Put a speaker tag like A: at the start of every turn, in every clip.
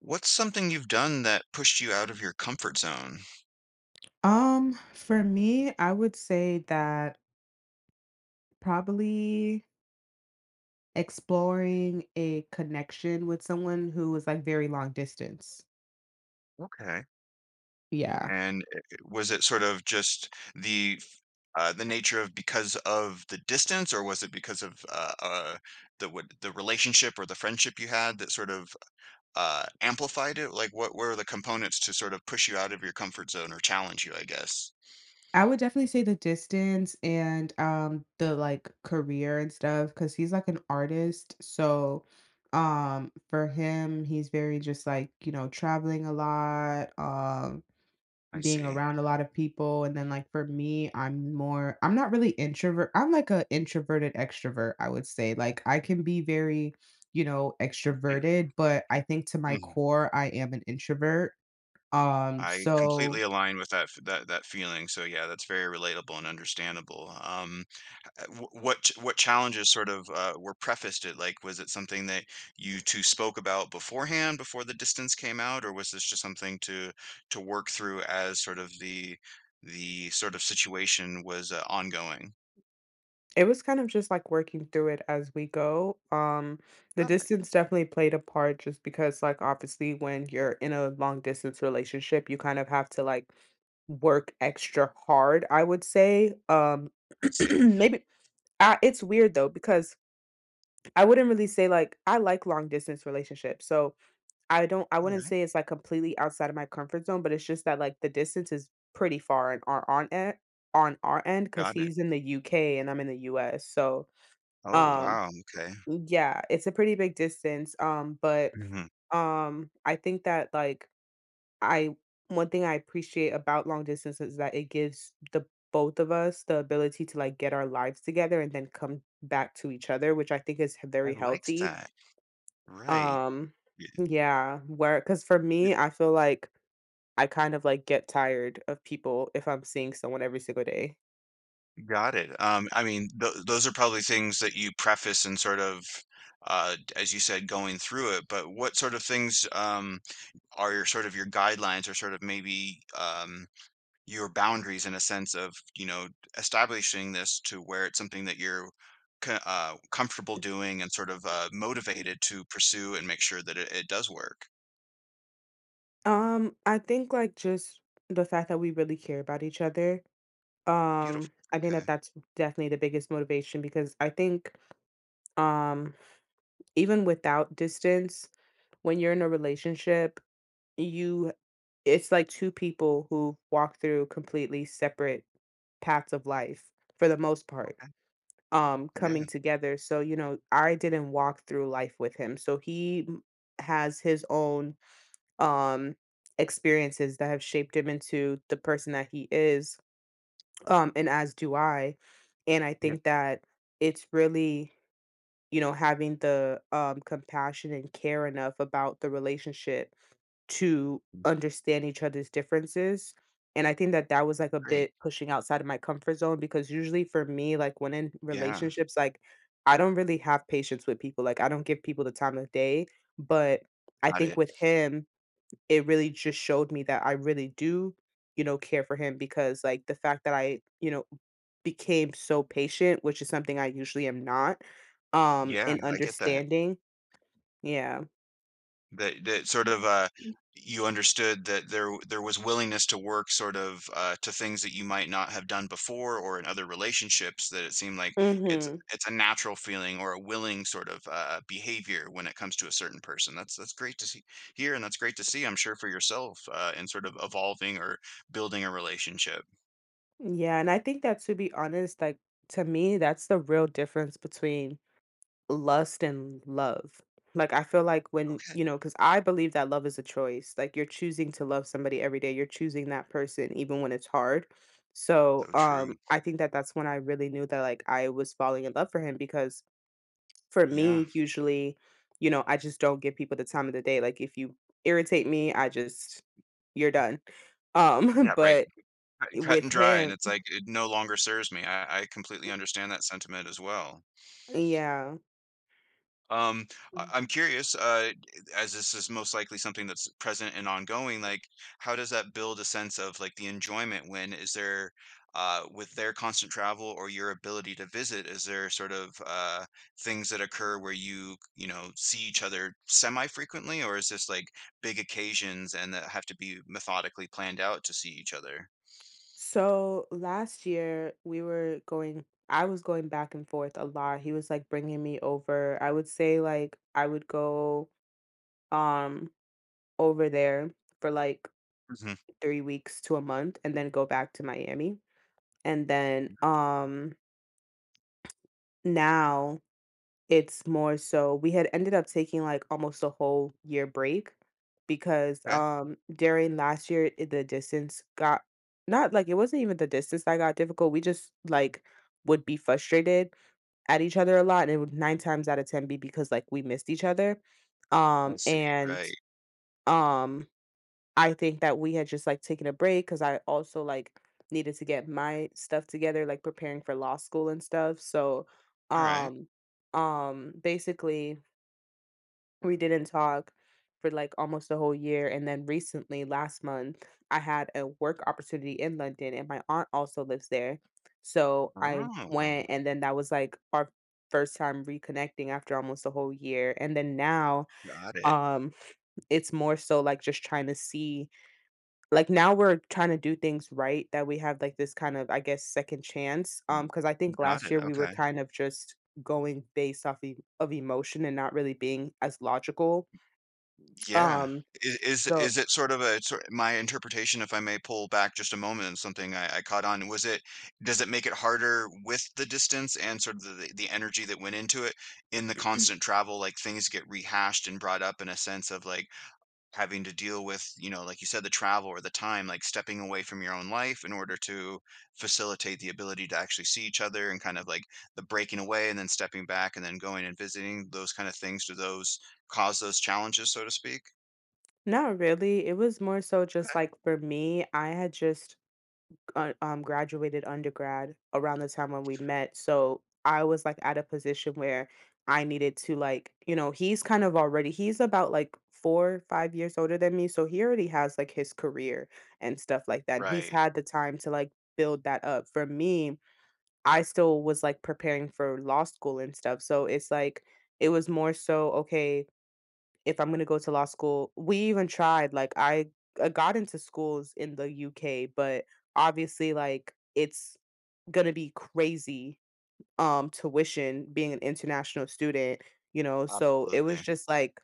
A: What's something you've done that pushed you out of your comfort zone?
B: For me, I would say that probably exploring a connection with someone who is like very long distance.
A: Okay.
B: Yeah.
A: And was it sort of just the f- the nature of because of the distance, or was it because of the what, the relationship or the friendship you had that sort of amplified it? Like, what were the components to sort of push you out of your comfort zone or challenge you, I guess?
B: I would definitely say the distance and the like career and stuff because he's like an artist. So for him, he's very just like, you know, traveling a lot.
A: I
B: Being
A: see.
B: around a lot of people, and then like for me I'm not really introvert, I'm like a introverted extrovert, I would say, like I can be very, you know,
A: Y-
B: extroverted, but I think to my
A: Mhm.
B: core I am an introvert. um
A: I completely
B: so
A: align with that feeling. So yeah, that's very relatable and understandable. What challenges sort of were prefaced it? Like, was it something that you two spoke about beforehand before the distance came out, or was this just something to work through as sort of the sort of situation was ongoing?
B: it was kind of just like working through it as we go. The
A: Got it.
B: distance definitely played a part just because like obviously when you're in a long distance relationship you kind of have to like work extra hard, I would say.
A: I see.
B: Maybe it's weird though because I wouldn't really say like I like long distance relationships. So I don't, I
A: All
B: wouldn't
A: right.
B: say it's like completely outside of my comfort zone, but it's just that like the distance is pretty far and are on it on our end because
A: Got it.
B: he's in the UK and I'm in the US. So
A: Oh
B: um
A: wow. Okay.
B: yeah, it's a pretty big distance. Um but
A: hmm
B: um I think that like I one thing I appreciate about long distance is that it gives the both of us the ability to like get our lives together and then come back to each other, which I think is
A: I
B: very
A: like
B: healthy.
A: that. Right.
B: Um
A: Y-
B: yeah, where cuz for
A: y-
B: me, I feel like I kind of, like, get tired of people if I'm seeing someone every single day.
A: Got it. I mean, th those are probably things that you preface and sort of, as you said, going through it. But what sort of things? Are your sort of your guidelines or sort of maybe your boundaries in a sense of, you know, establishing this to where it's something that you're comfortable doing and sort of motivated to pursue and make sure that it does work.
B: I think, like, just the fact that we really care about each other.
A: Beautiful.
B: I think that
A: Okay.
B: that's definitely the biggest motivation because I think um even without distance, when you're in a relationship, you it's like two people who walk through completely separate paths of life for the most part,
A: Okay. Yeah.
B: coming together. So, you know, I didn't walk through life with him, so has his own um experiences that have shaped him into the person that he is, and as do I. And I
A: Yeah.
B: think that it's really, you know, having the, compassion and care enough about the relationship to understand each other's differences. And I think that that was, like, a
A: Great.
B: bit pushing outside of my comfort zone because usually for me, like, when in
A: Yeah.
B: relationships, like, I don't really have patience with people. Like, I don't give people the time of day, but I
A: Got
B: think
A: it.
B: with him it really just showed me that I really do, you know, care for him, because like the fact that I, you know, became so patient, which is something I usually am not,
A: Yeah,
B: and
A: I get that.
B: understanding. Yeah.
A: That sort of you understood that there was willingness to work sort of to things that you might not have done before or in other relationships, that it seemed like it's
B: Mhm.
A: it's a natural feeling or a willing sort of behavior when it comes to a certain person. That's great to see here, and that's great to see, I'm sure, for yourself, in sort of evolving or building a relationship.
B: Yeah, and I think that to be honest, like to me, that's the real difference between lust and love. Like, I feel like when,
A: Okay.
B: you know, because I believe that love is a choice. Like, you're choosing to love somebody every day. You're choosing that person even when it's hard. So,
A: So true.
B: I think that that's when I really knew that like I was falling in love for him, because for
A: Yeah.
B: me, usually, you know, I just don't give people the time of the day. Like, if you irritate me, I just, you're done.
A: Yeah right.
B: But
A: Cut
B: with
A: and dry, and
B: him,
A: it's like it no longer serves me. I completely understand that sentiment as well.
B: yeah.
A: Um, I'm curious, as this is most likely something that's present and ongoing, like how does that build a sense of like the enjoyment? When is there uh, with their constant travel or your ability to visit, is there sort of things that occur where you know, see each other semi-frequently, or is this like big occasions and that have to be methodically planned out to see each other?
B: So last year we were going, I was going back and forth a lot. He was like bringing me over. I would say like I would go um over there for like
A: Mm-hmm.
B: 3 weeks to a month and then go back to Miami. And then now it's more so, we had ended up taking, like, almost a whole year break because,
A: Okay.
B: during last year, I the distance got not like, it wasn't even the distance that got difficult, we just, like, would be frustrated at each other a lot, and it would 9 times out of 10 be because, like, we missed each other,
A: I
B: um,
A: see. Right.
B: and, um I think that we had just, like, taken a break because I also, like, needed to get my stuff together, like, preparing for law school and stuff. So,
A: All right.
B: um basically, we didn't talk for, like, almost a whole year, and then recently, last month, I had a work opportunity in London, and my aunt also lives there, so I
A: Oh,
B: went, and then that was, like, our first time reconnecting after almost a whole year. And then now,
A: got it.
B: um, it's more so, like, just trying to see, like, now we're trying to do things right, that we have, like, this kind of, I guess, second chance,
A: Mm.
B: because I think
A: Got
B: last
A: it.
B: year we were
A: Okay.
B: kind of just going based off e of emotion and not really being as logical,
A: Yeah.
B: um, so
A: Is it sort of a sort, my interpretation, if I may pull back just a moment and something I caught on, was it does it make it harder with the distance and sort of the energy that went into it, in the constant travel, like things get rehashed and brought up in a sense of like having to deal with, you know, like you said, the travel or the time, like stepping away from your own life in order to facilitate the ability to actually see each other, and kind of like the breaking away and then stepping back and then going and visiting, those kind of things. Do those cause those challenges, so to speak?
B: not really, it was more so just,
A: Okay.
B: like, for me, I had just graduated undergrad around the time when we met. So I was like at a position where I needed to like, you know, he's kind of already, he's about like four, 5 years older than me. So he already has like his career and stuff like that. And he's
A: Right.
B: had the time to like build that up. For me, I still was like preparing for law school and stuff. So it's like, it was more so, okay, if I'm gonna go to law school, we even tried, like, I got into schools in the UK, but obviously, like, it's gonna be crazy, tuition being an international student, you know. So it was
A: Absolutely.
B: just like,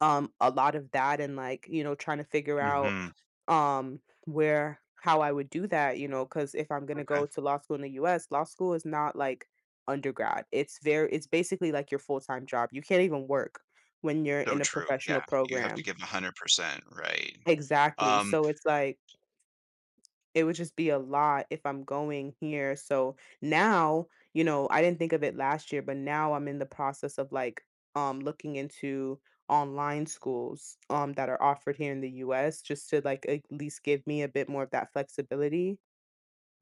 B: a lot of that, and like, you know, trying to figure out,
A: hmm
B: where how I would do that, you know. Because if I'm gonna
A: Okay.
B: go to law school in the US, law school is not like undergrad. It's very, it's basically like your full-time job. You can't even work when you're
A: So
B: in a
A: true. Yeah.
B: professional
A: You have to
B: program.
A: give 100%. Right.
B: Exactly,
A: Um,
B: so it's like, it would just be a lot if I'm going here. So now, you know, I didn't think of it last year, but now I'm in the process of, like, looking into online schools, that are offered here in the US just to, like, at least give me a bit more of that flexibility.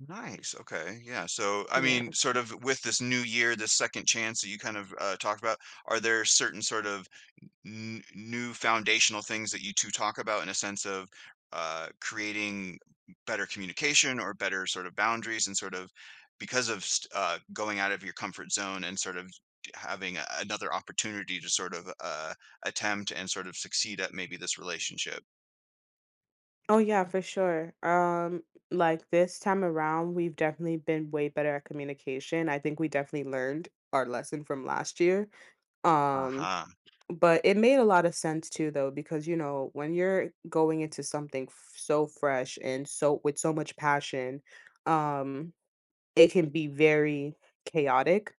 A: nice. Okay. Yeah. So, I
B: Yeah.
A: mean, sort of with this new year, this second chance that you kind of talked about, are there certain sort of new foundational things that you two talk about in a sense of creating better communication or better sort of boundaries, and sort of because of going out of your comfort zone and sort of having another opportunity to sort of attempt and sort of succeed at maybe this relationship.
B: Oh, yeah, for sure. Like, this time around, we've definitely been way better at communication. I think we definitely learned our lesson from last year. um
A: Aha.
B: But it made a lot of sense too though, because, you know, when you're going into something f so fresh and so with so much passion, um, it can be very chaotic.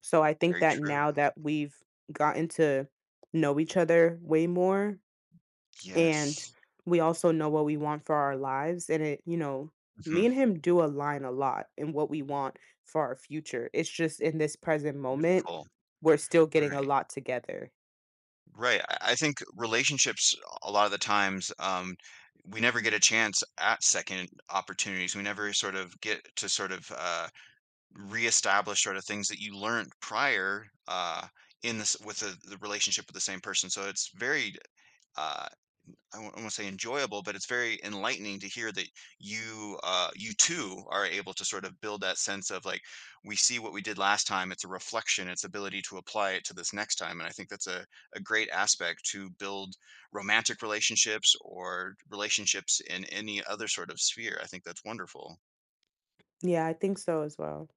B: So I think
A: Very
B: that
A: true.
B: now that we've gotten to know each other way more, and
A: Yes.
B: we also know what we want for our lives, and it, you know, me and
A: Mhm.
B: him do align a lot in what we want for our future. It's just in this present moment
A: Beautiful.
B: we're still getting a
A: Right.
B: lot together.
A: Right. I think relationships a lot of the times, we never get a chance at second opportunities. We never sort of get to sort of reestablish sort of things that you learned prior, in this with the relationship with the same person. So it's very uh, I won't say enjoyable, but it's very enlightening to hear that you, you too are able to sort of build that sense of like, we see what we did last time. It's a reflection. It's ability to apply it to this next time. And I think that's a great aspect to build romantic relationships or relationships in any other sort of sphere. I think that's wonderful.
B: Yeah, I think so as well.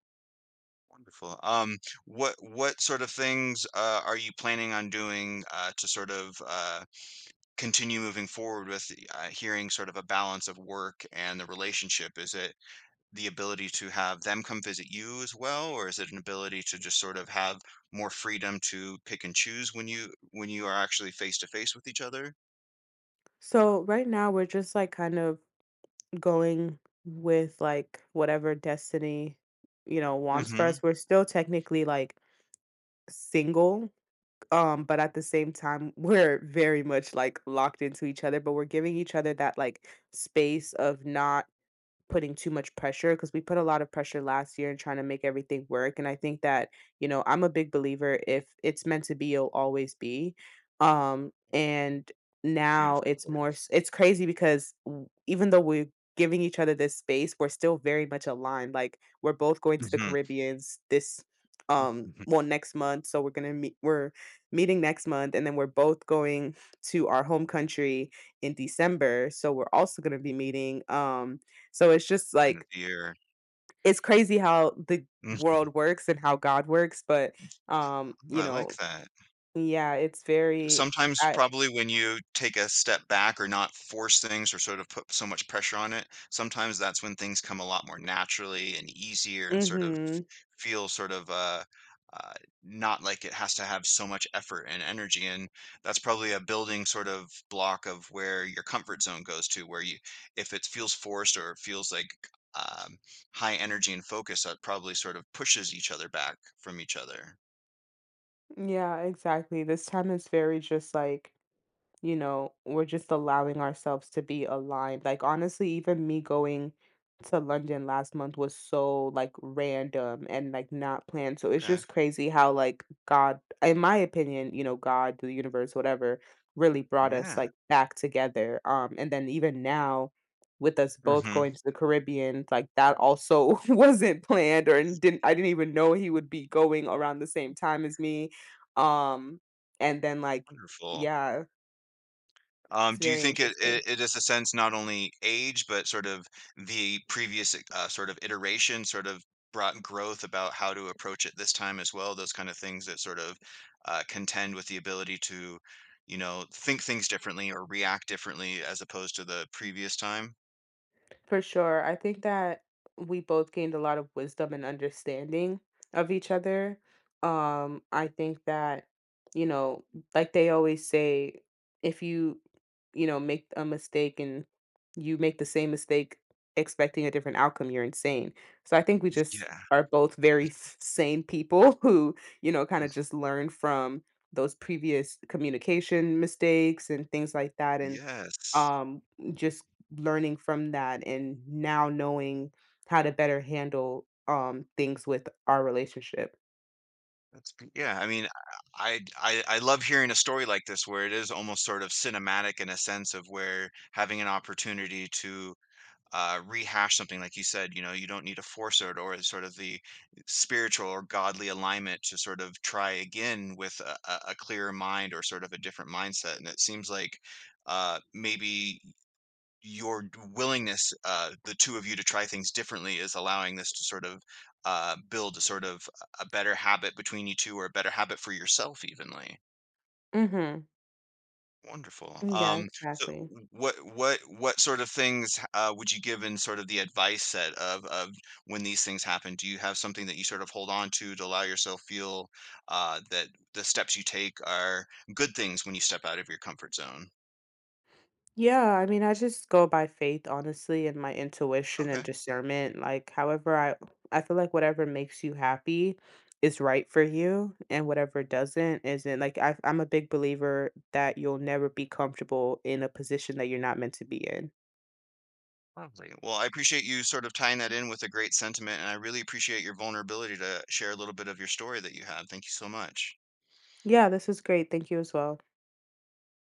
A: Wonderful. What sort of things are you planning on doing to sort of continue moving forward with hearing sort of a balance of work and the relationship? Is it the ability to have them come visit you as well, or is it an ability to just sort of have more freedom to pick and choose when you are actually face to face with each other?
B: So right now we're just like kind of going with like whatever destiny, you know, wants for us.
A: hmm
B: We're still technically like single, but at the same time we're very much like locked into each other, but we're giving each other that like space of not putting too much pressure, because we put a lot of pressure last year and trying to make everything work. And I think that, you know, I'm a big believer, if it's meant to be, it'll always be. And now
A: Beautifully
B: it's
A: put.
B: more, it's crazy because even though we're giving each other this space, we're still very much aligned. Like we're both going to the
A: hmm
B: Caribbeans this, well, next month. So we're going to meet, we're meeting next month. And then we're both going to our home country in December. So we're also going to be meeting. So it's just
A: End of
B: like
A: the year.
B: it's crazy how the
A: Mhm.
B: world works and how God works, but
A: Oh,
B: you
A: I like
B: know,
A: that.
B: yeah, it's very
A: Sometimes
B: I
A: probably when you take a step back or not force things or sort of put so much pressure on it, sometimes that's when things come a lot more naturally and easier, and sort of
B: mhm.
A: feel sort of uh, not like it has to have so much effort and energy. And that's probably a building sort of block of where your comfort zone goes to, where you, if it feels forced or it feels like um, high energy and focus, that probably sort of pushes each other back from each other.
B: Yeah, exactly. This time is very just like, you know, we're just allowing ourselves to be aligned. Like honestly, even me going to London last month was so like random and like not planned. So it's
A: Okay.
B: just crazy how like God, in my opinion, you know, God, the universe, whatever, really brought us
A: Yeah.
B: like back together. And then even now with us both
A: hmm
B: going to the Caribbean, like that also wasn't planned or didn't I didn't even know he would be going around the same time as me. Um and then like
A: Wonderful.
B: yeah, it's
A: Do you
B: very
A: think it,
B: interesting.
A: it it is a sense not only age, but sort of the previous sort of iteration sort of brought growth about how to approach it this time as well? Those kind of things that sort of contend with the ability to, you know, think things differently or react differently as opposed to the previous time.
B: For sure. I think that we both gained a lot of wisdom and understanding of each other. I think that, you know, like they always say, if you, you know, make a mistake and you make the same mistake expecting a different outcome, you're insane. So I think we just
A: Yeah.
B: are both very sane people who, you know, kind of just learn from those previous communication mistakes and things like that. And
A: Yes.
B: Um, just learning from that and now knowing how to better handle, things with our relationship.
A: Yeah. I mean, I love hearing a story like this where it is almost sort of cinematic in a sense of where having an opportunity to rehash something, like you said, you know, you don't need to force it, or sort of the spiritual or godly alignment to sort of try again with a clearer mind or sort of a different mindset. And it seems like maybe your willingness, the two of you to try things differently, is allowing this to sort of build a sort of a better habit between you two, or a better habit for yourself evenly.
B: Mhm.
A: Wonderful.
B: Yeah,
A: So
B: exactly.
A: what sort of things would you give in sort of the advice set of when these things happen? Do you have something that you sort of hold on to allow yourself feel that the steps you take are good things when you step out of your comfort zone?
B: Yeah, I mean, I just go by faith, honestly, and my intuition and
A: Okay.
B: discernment. Like, however, I feel like whatever makes you happy is right for you, and whatever doesn't isn't. Like, I'm a big believer that you'll never be comfortable in a position that you're not meant to be in.
A: Lovely. Well, I appreciate you sort of tying that in with a great sentiment, and I really appreciate your vulnerability to share a little bit of your story that you have. Thank you so much.
B: Yeah, this was great. Thank you as well.